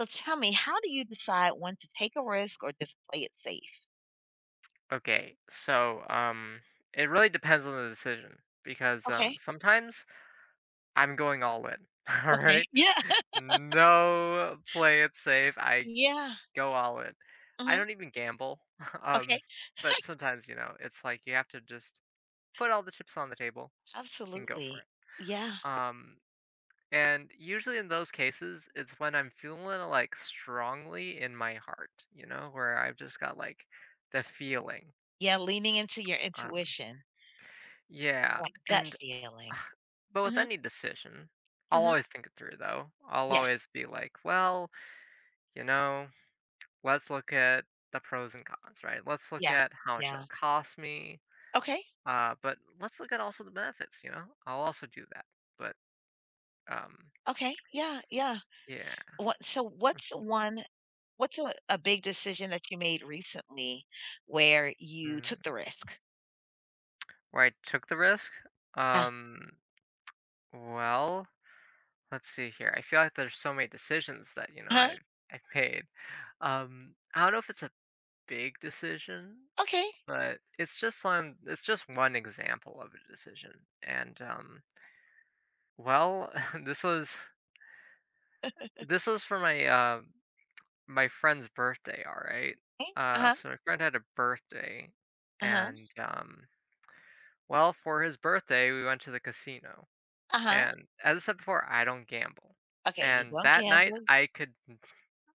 So tell me, how do you decide when to take a risk or just play it safe? Okay, so um, it really depends on the decision because Okay. sometimes I'm going all in. All Okay. right, Yeah. no, play it safe. I Yeah. go all in. I hmm don't even gamble. Um, Okay. but sometimes you know it's like you have to just put all the chips on the table and go for Absolutely. it. Yeah. And usually in those cases, it's when I'm feeling like strongly in my heart, you know, where I've just got like the feeling. Yeah. Leaning into your Um, intuition, yeah, that gut and feeling. but with hmm any decision, I'll hmm always think it through though. I'll Yeah. always be like, well, you know, let's look at the pros and cons, right? Let's look Yeah. at how much Yeah. it'll cost me. Okay. But let's look at also the benefits, you know? I'll also do that. But um Okay. Yeah. Yeah. yeah. What, so what's Mhm. one, what's a, a big decision that you made recently where you took the Mm. risk? Where I took the risk? Uh Um well, let's see here. I feel like there's so many decisions that, you know, huh. I've made. I don't know if it's a big decision, Okay. but it's just one, it's just one example of a decision. And, well, this was this was for my, my friend's birthday, alright? Eh, Uh-huh. So my friend had a birthday, Uh-huh. and, well, for his birthday, we went to the casino, Uh-huh. and as I said before, I don't gamble. Okay. You And don't that night, gamble.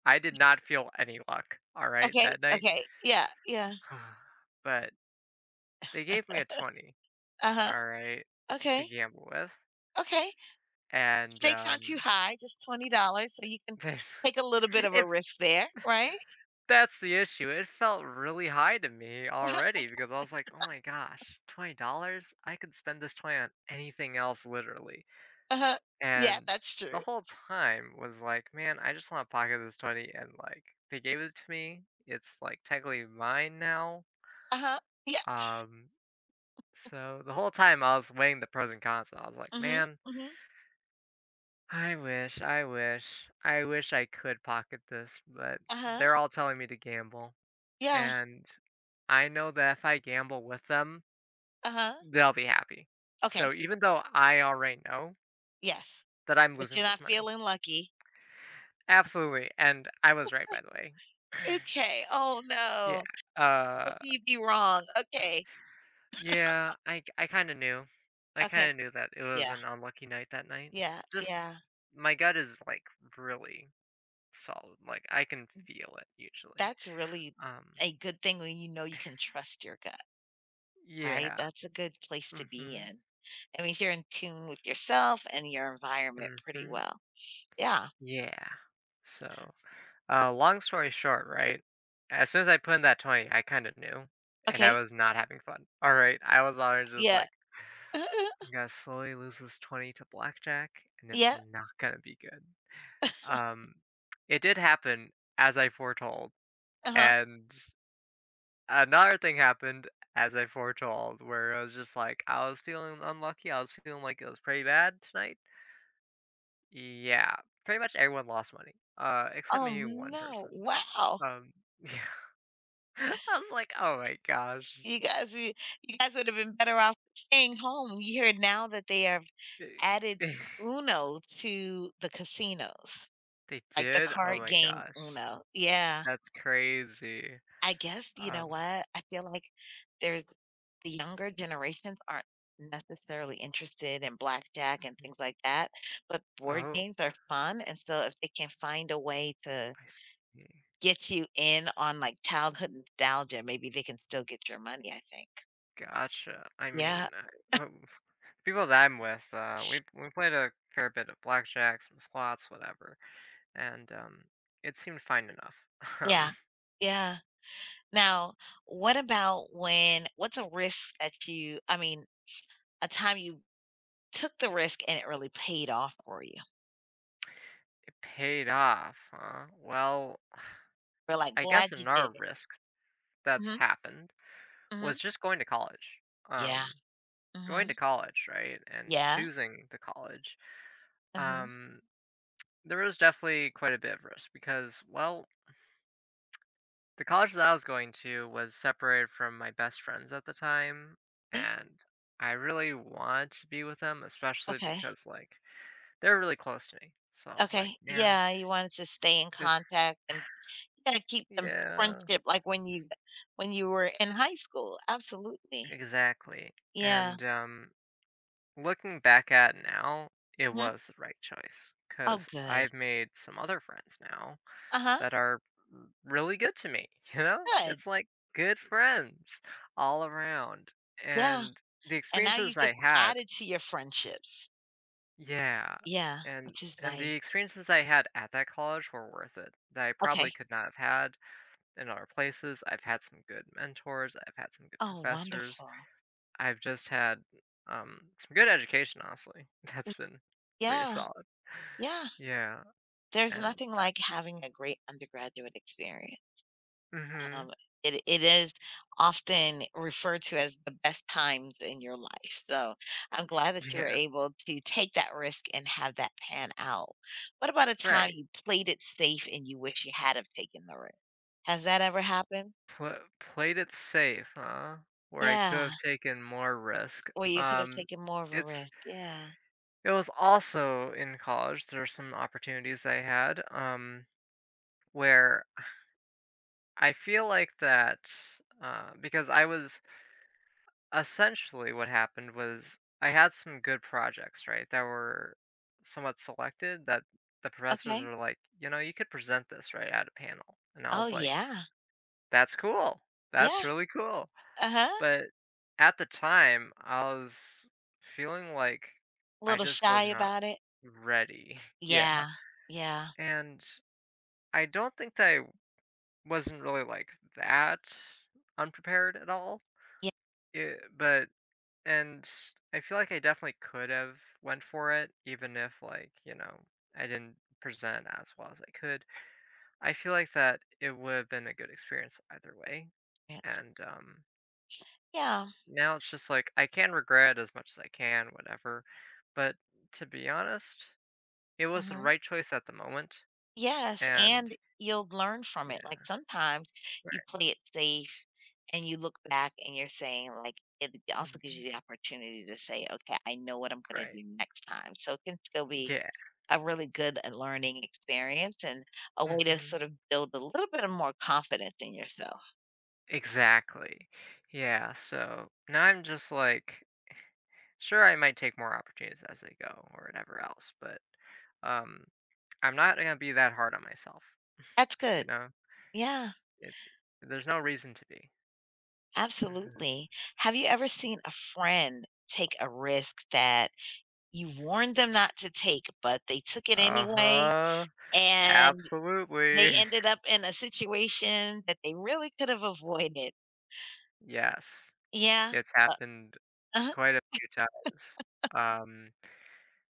I did not feel any luck, alright, Okay, that night? okay. Yeah, yeah. But they gave me a 20, Uh-huh. alright, to Okay, gamble with. okay. And, Stakes aren't too high, just $20, so you can this take a little bit of a if risk there, right? that's the issue, it felt really high to me Uh-huh, already because I was like, "Oh my gosh, $20? I could spend this 20 on anything else literally." uh-huh. Yeah, And that's the true. whole time was like, "Man, I just wanna pocket this 20," and, like, they gave it to me. It's, like, technically mine now. Uh-huh. Yeah. Um, so the whole time I was weighing the pros and cons, and I was like, Mhm, "Man, mhm. I wish, I wish, I wish I could pocket this," but Uh-huh. they're all telling me to gamble, Yeah, and I know that if I gamble with them, uh-huh. they'll be happy. Okay, So even though I already know yes. that I'm But losing you're this not money, feeling lucky. absolutely, and I was right, by the way. Okay. Oh, Yeah, no. Hope you be wrong. Okay, yeah, I kind of knew, I okay. kind of knew that it was Yeah, an unlucky night that night. yeah, Just yeah. my gut is like really solid, like I can feel it usually. That's really Um, a good thing when you know you can trust your gut. Right? Yeah. That's a good place to be Mhm. in. That means you're in tune with yourself and your environment pretty Mhm. well. Yeah. Yeah. So, long story short, right? As soon as I put in that 20, I kind of knew, and I Okay. was not having fun. All right, I was on just Yeah. like, I'm gonna slowly lose this 20 to blackjack, and it's Yeah. not gonna be good. Um, it did happen as I foretold, Uh-huh. and another thing happened as I foretold, where I was just like, I was feeling unlucky. I was feeling like it was pretty bad tonight. Yeah, pretty much everyone lost money, except Oh, maybe one no. person. Wow. Um, yeah, I was like, "Oh my gosh." You guys you, you guys would have been better off staying home. You hear now that they have They added Uno to the casinos, they like the did? Oh card my game gosh. Uno. Yeah. That's crazy. I guess you know Um, what? I feel like there's the younger generations aren't necessarily interested in blackjack and mhm. things like that, but board Oh, games are fun, and so if they can find a way to I see. get you in on, like, childhood nostalgia, maybe they can still get your money, I think. Gotcha. I mean, Yeah. I oh, people that I'm with, we played a fair bit of blackjack, some slots, whatever, and, it seemed fine enough. Um, Yeah. Yeah. Now, what about when what's a risk that you I mean, a time you took the risk and it really paid off for you? it paid off, huh? Well, We're, like, I glad guess you in our did it. risk that's Mhm, happened mhm. was just going to college. Yeah. Um, Going to Mhm. college, right, and Yeah. choosing the college. Mhm. Um, there was definitely quite a bit of risk because, well, the college that I was going to was separated from my best friends at the time, Eh, and I really wanted to be with them, especially okay. because like they're really close to me. So I was like, Okay, man, yeah, you wanted to stay in it's contact and, yeah, keep them yeah, friendship like when you were in high school, absolutely. exactly. Yeah, And Looking back at now, it mhm. was the right choice because Oh, good. I've made some other friends now Uh-huh, that are r- really good to me. You know, good, it's like good friends all around, yeah, and the and now you experiences just I had, added to your friendships. yeah, Yeah, and which is and the nice. experiences I had at that college were worth it. That I probably Okay. could not have had in other places. I've had some good mentors. I've had some good Oh, professors. wonderful. I've just had, some good education, honestly. Y That's been pretty yeah, solid. yeah. Yeah, There's and nothing that like having a great undergraduate experience. Mhm. Um, it is often referred to as the best times in your life. So I'm glad that you were Yeah, able to take that risk and have that pan out. What about a time right. you played it safe and you wish you had have taken the risk? Has that ever happened? Pla- played it safe, huh? Where I could Yeah. have taken more risk. Or you could have taken more of a it's risk. Yeah. it was also in college, there are some opportunities I had, where I feel like that, because I was essentially what happened was I had some good projects, right, that were somewhat selected, that the professors Okay. were like, you know, you could present this right at a panel. And I Oh was like, yeah. that's cool. Yeah. That's really cool. Uh-huh. But at the time, I was feeling like A I little just shy was not about it. ready. Yeah. Yeah. Yeah. And I don't think that I wasn't really like that unprepared at all. Yeah. It, but And I feel like I definitely could have went for it, even if like, you know, I didn't present as well as I could. I feel like that it would have been a good experience either way. And Yeah. Now it's just like I can regret as much as I can, whatever. But to be honest, it was the Mhm. right choice at the moment. Yes, And and you'll learn from it. Like, yeah, sometimes you right. play it safe and you look back and you're saying, like, it also gives Hmm. you the opportunity to say, "Okay, I know what I'm gonna Right. do next time." So it can still be Yeah. a really good, learning experience and a way to Hmm. sort of build a little bit of more confidence in yourself. Exactly. Yeah. So now I'm just like sure I might take more opportunities as they go or whatever else, but um, I'm not gonna be that hard on myself. That's You good. know, Yeah, it, there's no reason to be. Hmm. absolutely. Have you ever seen a friend take a risk that you warned them not to take, but they took it Uh anyway, huh. and they Absolutely. ended up in a situation that they really could have avoided. Yes, Yeah. it's Uh, happened uh-huh, quite a few times.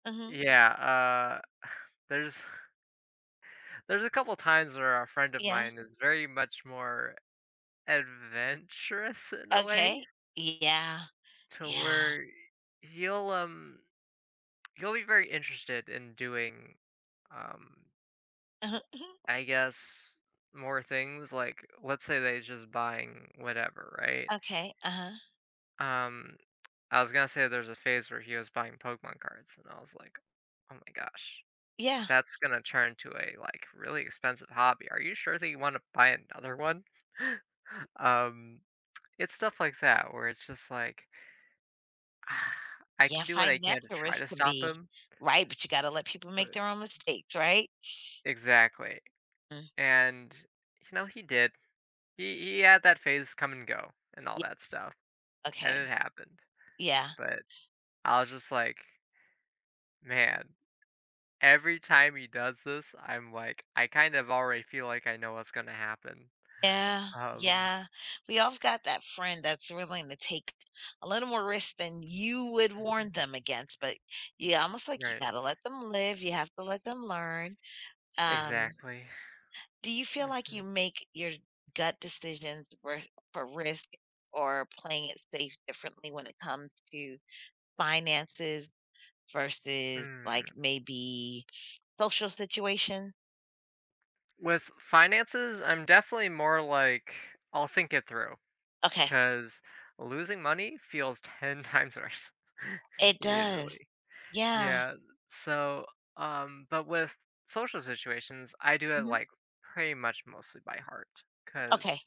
mhm, Yeah. There's there's a couple times where a friend of yeah, mine is very much more adventurous in a way okay. Yeah, to yeah. where he'll You'll be very interested in doing, um, Uh-huh, mhm, I guess, more things. Like, let's say that he's just buying whatever, right? okay, uh-huh. Um, I was gonna say there's a phase where he was buying Pokemon cards, and I was like, oh my gosh, Yeah, that's gonna turn to a like really expensive hobby. Are you sure that you want to buy another one? um, it's stuff like that where it's just like, ah, I yeah, can do what I can to financial try risk to can stop be him, right, but you gotta let people make but their own mistakes, right? exactly, Mm, and you know he did. He had that phase come and go and all yeah, that stuff, and okay, it happened. yeah. But I was just like, "Man, every time he does this, I'm like, I kind of already feel like I know what's gonna happen." Yeah, Um, yeah. We all got that friend that's willing to take a little more risk than you would warn mhm, them against, but yeah, almost like you right. gotta let them live, you have to let them learn. Um, Exactly. do you feel like you Mhm. make your gut decisions for risk or playing it safe differently when it comes to finances versus like Mm. maybe social situations? With finances, I'm definitely more like, I'll think it through Okay. because losing money feels 10 times worse It does. usually. Yeah. Yeah, so, but with social situations, I do it, Mhm. like, pretty much mostly by heart, because, Okay.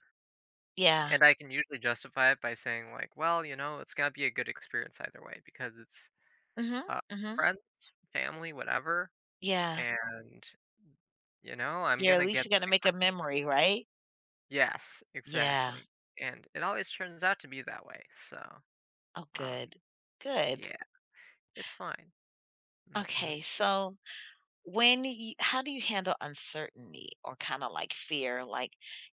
Yeah. and I can usually justify it by saying, like, "Well, you know, it's gonna be a good experience either way because it's, Mhm. uh, Mhm. friends, family, whatever, Yeah. and, you know, I'm You're at gonna get least gonna something make a from this." memory, right? Yes, Yeah. exactly, and it always turns out to be that way, so, Oh, um, good. Good. yeah, it's fine. Mhm. Okay. So When you how do you handle uncertainty or kinda like fear? Like,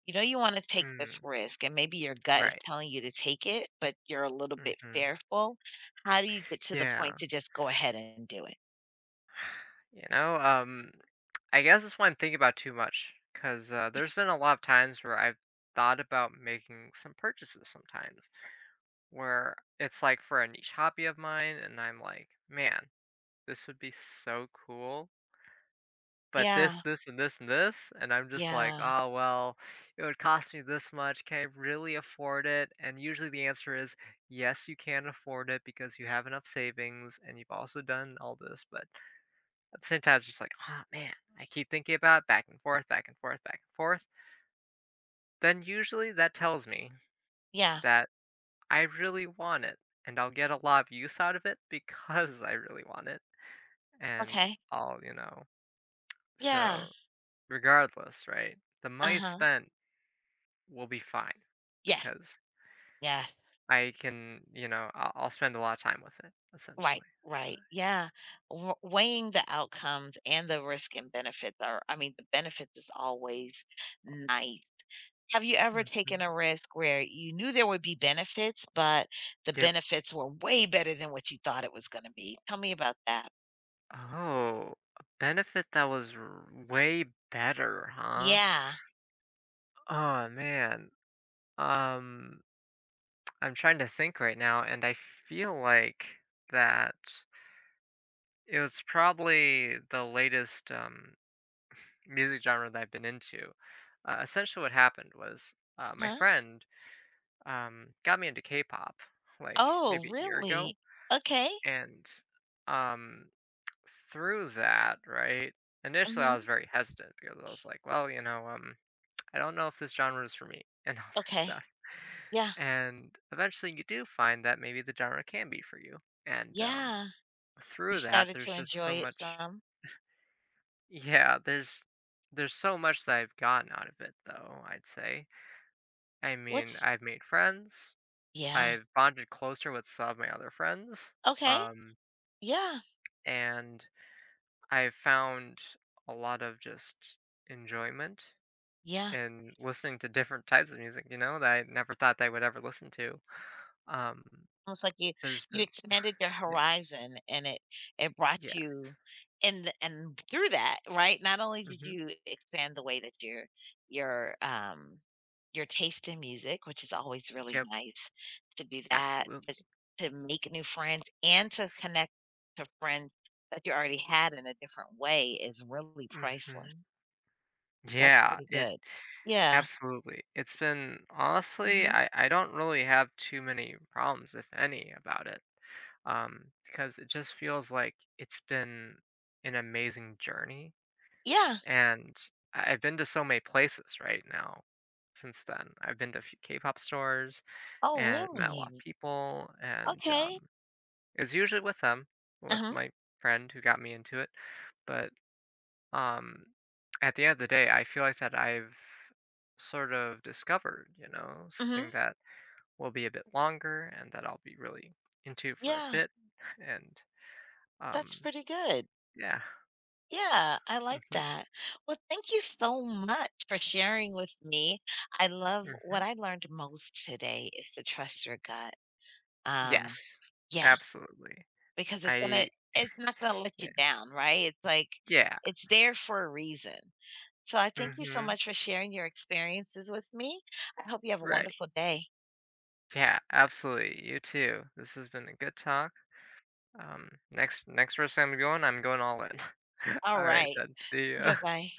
you know you wanna take this Mm, risk and maybe your gut is right. telling you to take it, but you're a little bit Mhm. fearful. How do you get to the point Yeah. to just go ahead and do it? You know, I guess that's why I'm thinking about too much because there's been a lot of times where I've thought about making some purchases sometimes where it's like for a niche hobby of mine, and I'm like, man, this would be so cool. But Yeah, this, and this, and this, and I'm just like, yeah, oh well, it would cost me this much. Can I really afford it? And usually the answer is yes, you can afford it because you have enough savings and you've also done all this. But at the same time, it's just like, oh man, I keep thinking about it back and forth, back and forth, back and forth. Then usually that tells me yeah, that I really want it and I'll get a lot of use out of it because I really want it. And okay, I'll, you know, yeah, so regardless, right? The money uh-huh, spent will be fine yes, because yes, I can, you know, I'll spend a lot of time with it right, essentially. So, right, yeah. W weighing the outcomes and the risk and benefits are I mean, the benefits is always nice. Have you ever taken mhm. a risk where you knew there would be benefits, but the Yep. benefits were way better than what you thought it was gonna be? Tell me about that. Oh, a benefit that was r- way better, huh? Yeah. Oh man. Um I'm trying to think right now and I feel like that it was probably the latest music genre that I've been into. Essentially what happened was my Huh? friend got me into K-pop like Oh, maybe a year really? ago, Okay. and um through that, right? Initially I Mhm. was very hesitant because I was like, well, you know, I don't know if this genre is for me, and all that Okay. stuff. Yeah. And eventually, you do find that maybe the genre can be for you. And Yeah. You through that, started to there's just so enjoy it much. some? Yeah, there's so much that I've gotten out of it, though. I'd say. I mean, What's I've made friends. Yeah. I've bonded closer with some of my other friends. Okay. Um, Yeah. and I've found a lot of just enjoyment Yeah. in listening to different types of music. You know that I never thought that I would ever listen to. Um, Almost like there's you been expanded your Yeah, horizon and it brought yes. you in the, and through that right not only did Mhm. you expand the way that your um your taste in music which is always really Yep, nice to do that but absolutely. to make new friends and to connect to friends that you already had in a different way is really priceless. Mhm. That's Yeah, pretty it good. Yeah. absolutely. It's been honestly, hmm I don't really have too many problems, if any, about it. Because it just feels like it's been an amazing journey, yeah. and I've been to so many places right now since then. I've been to a few K-pop stores Oh and met a lot of really? people, and, Okay. It's usually with them, with Uh-huh. my friend who got me into it, but, um, at the end of the day, I feel like that I've sort of discovered, you know, hmm something that will be a bit longer and that I'll be really into for a yeah. bit, and, That's um, pretty good. yeah. Yeah, I like Mhm, that. Well, thank you so much for sharing with me. I love what mhm. I learned most today is to trust your gut. Um, Yes, yeah, absolutely. because I it's not gonna let you yeah, down, right? It's like yeah, it's there for a reason. So I thank you so mhm, much for sharing your experiences with me. I hope you have a right. wonderful day. Yeah, absolutely, you too. This has been a good talk. Next person I'm going all in. All Alright right. then, see ya. Bye-bye.